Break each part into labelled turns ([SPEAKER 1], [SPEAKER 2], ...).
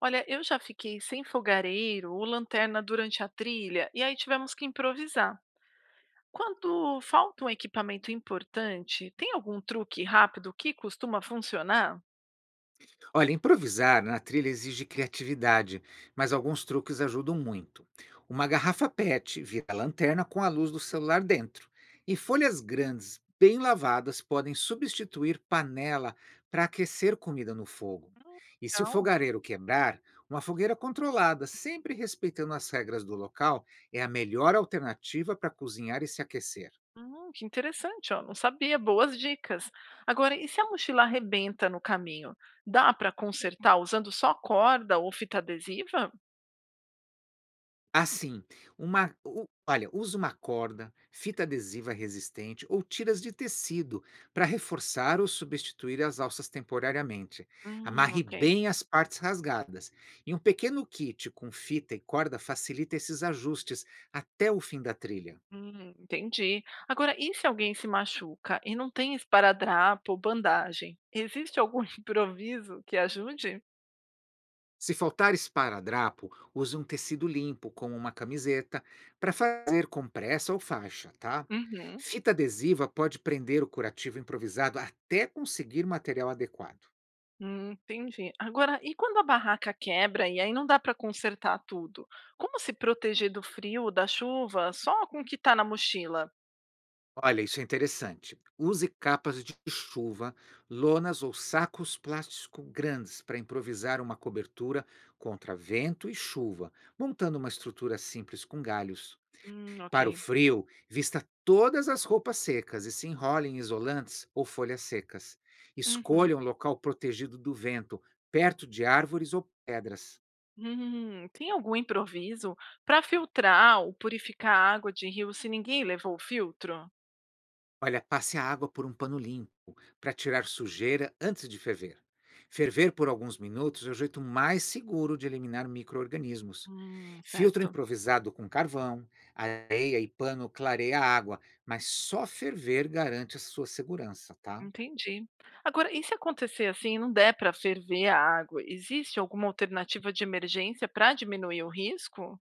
[SPEAKER 1] Olha, eu já fiquei sem fogareiro ou lanterna durante a trilha e aí tivemos que improvisar. Quando falta um equipamento importante, tem algum truque rápido que costuma funcionar?
[SPEAKER 2] Olha, improvisar na trilha exige criatividade, mas alguns truques ajudam muito. Uma garrafa PET vira lanterna com a luz do celular dentro, e folhas grandes, bem lavadas, podem substituir panela para aquecer comida no fogo.
[SPEAKER 1] Hum.
[SPEAKER 2] E se o
[SPEAKER 1] Legal.
[SPEAKER 2] fogareiro quebrar, uma fogueira controlada, sempre respeitando as regras do local, é a melhor alternativa para cozinhar e se aquecer.
[SPEAKER 1] Que interessante, ó. Não sabia. Boas dicas. Agora, e se a mochila arrebenta no caminho? Dá para consertar usando só corda ou fita adesiva?
[SPEAKER 2] Assim, uma o olha, usa uma corda, fita adesiva resistente ou tiras de tecido para reforçar ou substituir as alças temporariamente. Amarre
[SPEAKER 1] Ok.
[SPEAKER 2] bem as partes rasgadas. E um pequeno kit com fita e corda facilita esses ajustes até o fim da trilha.
[SPEAKER 1] Entendi. Agora, e se alguém se machuca e não tem esparadrapo ou bandagem? Existe algum improviso que ajude?
[SPEAKER 2] Se faltar esparadrapo, use um tecido limpo, como uma camiseta, para fazer compressa ou faixa, tá?
[SPEAKER 1] Uhum.
[SPEAKER 2] Fita adesiva pode prender o curativo improvisado até conseguir material adequado.
[SPEAKER 1] Entendi. Agora, e quando a barraca quebra e aí não dá para consertar tudo? Como se proteger do frio, da chuva, só com o que está na mochila?
[SPEAKER 2] Olha, isso é interessante. Use capas de chuva, lonas ou sacos plásticos grandes para improvisar uma cobertura contra vento e chuva, montando uma estrutura simples com galhos.
[SPEAKER 1] Ok.
[SPEAKER 2] Para o frio, vista todas as roupas secas e se enrole em isolantes ou folhas secas.
[SPEAKER 1] Uhum.
[SPEAKER 2] Escolha um local protegido do vento, perto de árvores ou pedras.
[SPEAKER 1] Tem algum improviso para filtrar ou purificar a água de rio se ninguém levou o filtro?
[SPEAKER 2] Olha, passe a água por um pano limpo para tirar sujeira antes de ferver. Ferver por alguns minutos é o jeito mais seguro de eliminar micro-organismos. Filtro
[SPEAKER 1] Certo.
[SPEAKER 2] improvisado com carvão, areia e pano clareia a água, mas só ferver garante a sua segurança, tá?
[SPEAKER 1] Entendi. Agora, e se acontecer assim, não der para ferver a água, existe alguma alternativa de emergência para diminuir o risco?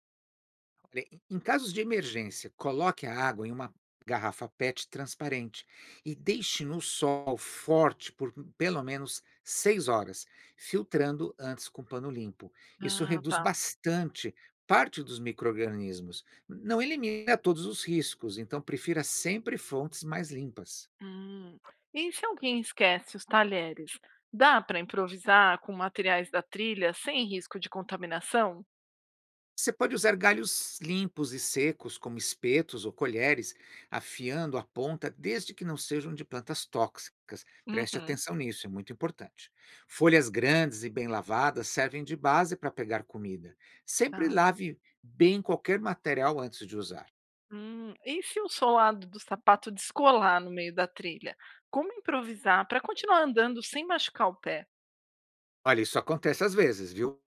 [SPEAKER 2] Olha, em casos de emergência, coloque a água em uma garrafa PET transparente e deixe no sol forte por pelo menos 6 horas, filtrando antes com pano limpo. Isso
[SPEAKER 1] Ah,
[SPEAKER 2] reduz
[SPEAKER 1] tá.
[SPEAKER 2] bastante parte dos micro-organismos. Não elimina todos os riscos, então prefira sempre fontes mais limpas.
[SPEAKER 1] Hum. E se alguém esquece os talheres, dá para improvisar com materiais da trilha sem risco de contaminação?
[SPEAKER 2] Você pode usar galhos limpos e secos, como espetos ou colheres, afiando a ponta desde que não sejam de plantas tóxicas. Preste
[SPEAKER 1] Uhum.
[SPEAKER 2] atenção nisso, é muito importante. Folhas grandes e bem lavadas servem de base para pegar comida. Sempre
[SPEAKER 1] Tá.
[SPEAKER 2] lave bem qualquer material antes de usar.
[SPEAKER 1] Hum. E se o solado do sapato descolar no meio da trilha, como improvisar para continuar andando sem machucar o pé?
[SPEAKER 2] Olha, isso acontece às vezes, viu?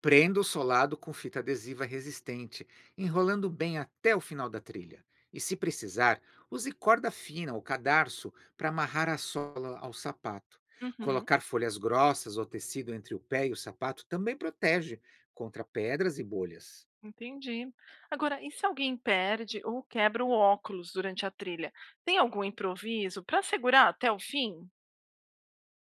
[SPEAKER 2] Prenda o solado com fita adesiva resistente, enrolando bem até o final da trilha. E se precisar, use corda fina ou cadarço para amarrar a sola ao sapato.
[SPEAKER 1] Uhum.
[SPEAKER 2] Colocar folhas grossas ou tecido entre o pé e o sapato também protege contra pedras e bolhas.
[SPEAKER 1] Entendi. Agora, e se alguém perde ou quebra o óculos durante a trilha? Tem algum improviso para segurar até o fim?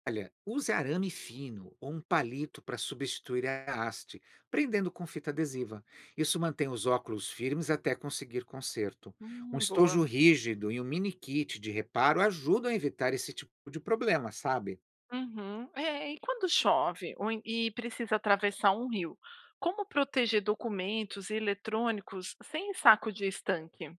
[SPEAKER 2] Olha, use arame fino ou um palito para substituir a haste, prendendo com fita adesiva. Isso mantém os óculos firmes até conseguir conserto. Um estojo
[SPEAKER 1] Boa.
[SPEAKER 2] rígido e um mini kit de reparo ajudam a evitar esse tipo de problema, sabe?
[SPEAKER 1] Uhum. É, e quando chove ou e precisa atravessar um rio, como proteger documentos e eletrônicos sem saco de estanque?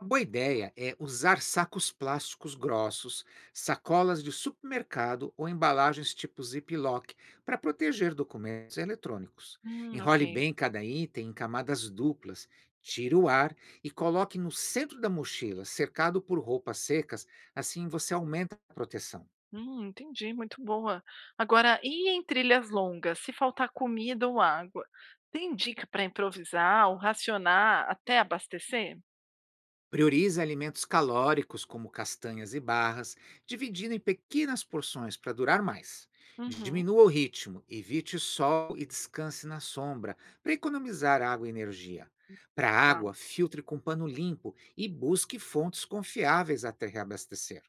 [SPEAKER 2] Uma boa ideia é usar sacos plásticos grossos, sacolas de supermercado ou embalagens tipo Ziploc para proteger documentos eletrônicos.
[SPEAKER 1] Ok.
[SPEAKER 2] Enrole bem cada item em camadas duplas, tire o ar e coloque no centro da mochila, cercado por roupas secas, assim você aumenta a proteção.
[SPEAKER 1] Entendi, muito boa. Agora, e em trilhas longas, se faltar comida ou água, tem dica para improvisar ou racionar até abastecer?
[SPEAKER 2] Priorize alimentos calóricos, como castanhas e barras, dividindo em pequenas porções para durar mais.
[SPEAKER 1] Uhum.
[SPEAKER 2] Diminua o ritmo, evite sol e descanse na sombra para economizar água e energia. Para
[SPEAKER 1] Tá.
[SPEAKER 2] água, filtre com pano limpo e busque fontes confiáveis até reabastecer.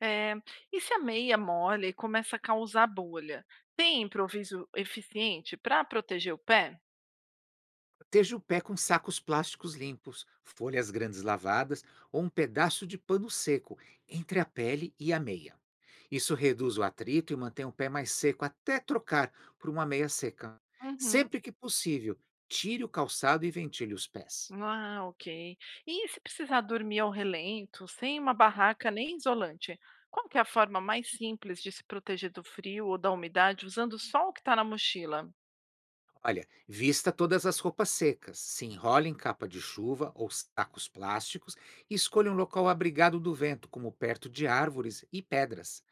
[SPEAKER 1] é e se a meia molha e começa a causar bolha, tem improviso eficiente para proteger o pé?
[SPEAKER 2] Proteja o pé com sacos plásticos limpos, folhas grandes lavadas ou um pedaço de pano seco entre a pele e a meia. Isso reduz o atrito e mantém o pé mais seco até trocar por uma meia seca.
[SPEAKER 1] Uhum.
[SPEAKER 2] Sempre que possível, tire o calçado e ventile os pés.
[SPEAKER 1] Ah, ok. E se precisar dormir ao relento, sem uma barraca nem isolante, qual que é a forma mais simples de se proteger do frio ou da umidade usando só o que está na mochila?
[SPEAKER 2] Olha, vista todas as roupas secas, se enrole em capa de chuva ou sacos plásticos e escolha um local abrigado do vento, como perto de árvores e pedras.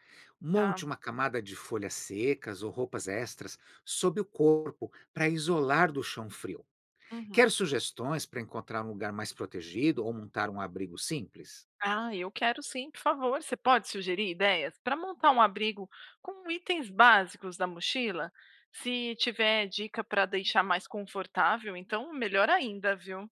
[SPEAKER 1] Tá.
[SPEAKER 2] Monte uma camada de folhas secas ou roupas extras sob o corpo para isolar do chão frio. Quer
[SPEAKER 1] Uhum.
[SPEAKER 2] sugestões para encontrar um lugar mais protegido ou montar um abrigo simples?
[SPEAKER 1] Ah, eu quero sim, por favor. Você pode sugerir ideias para montar um abrigo com itens básicos da mochila? Se tiver dica para deixar mais confortável, então melhor ainda, viu?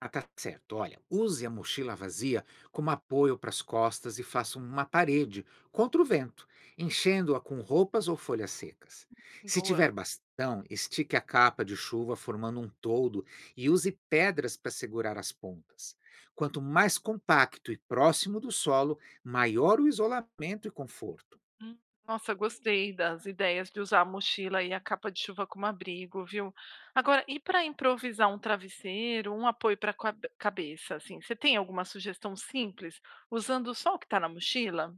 [SPEAKER 2] Ah, tá certo. Olha, use a mochila vazia como apoio para as costas e faça uma parede contra o vento, enchendo-a com roupas ou folhas secas. Se
[SPEAKER 1] Boa.
[SPEAKER 2] tiver bastão, estique a capa de chuva formando um toldo e use pedras para segurar as pontas. Quanto mais compacto e próximo do solo, maior o isolamento e conforto.
[SPEAKER 1] Hum. Nossa, gostei das ideias de usar a mochila e a capa de chuva como abrigo, viu? Agora, e para improvisar um travesseiro, um apoio para a cabeça, assim? Você tem alguma sugestão simples usando só o que está na mochila?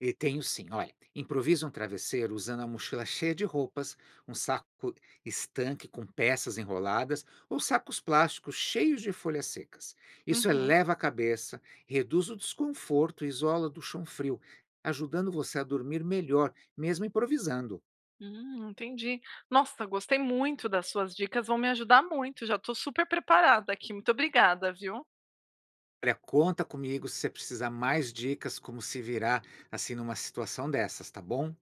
[SPEAKER 2] E tenho sim, olha, improvisa um travesseiro usando a mochila cheia de roupas, um saco estanque com peças enroladas ou sacos plásticos cheios de folhas secas. Isso
[SPEAKER 1] Uhum.
[SPEAKER 2] eleva a cabeça, reduz o desconforto e isola do chão frio, ajudando você a dormir melhor, mesmo improvisando.
[SPEAKER 1] Entendi. Nossa, gostei muito das suas dicas, vão me ajudar muito. Já estou super preparada aqui. Muito obrigada, viu?
[SPEAKER 2] Olha, conta comigo se você precisar mais dicas como se virar assim numa situação dessas, tá bom?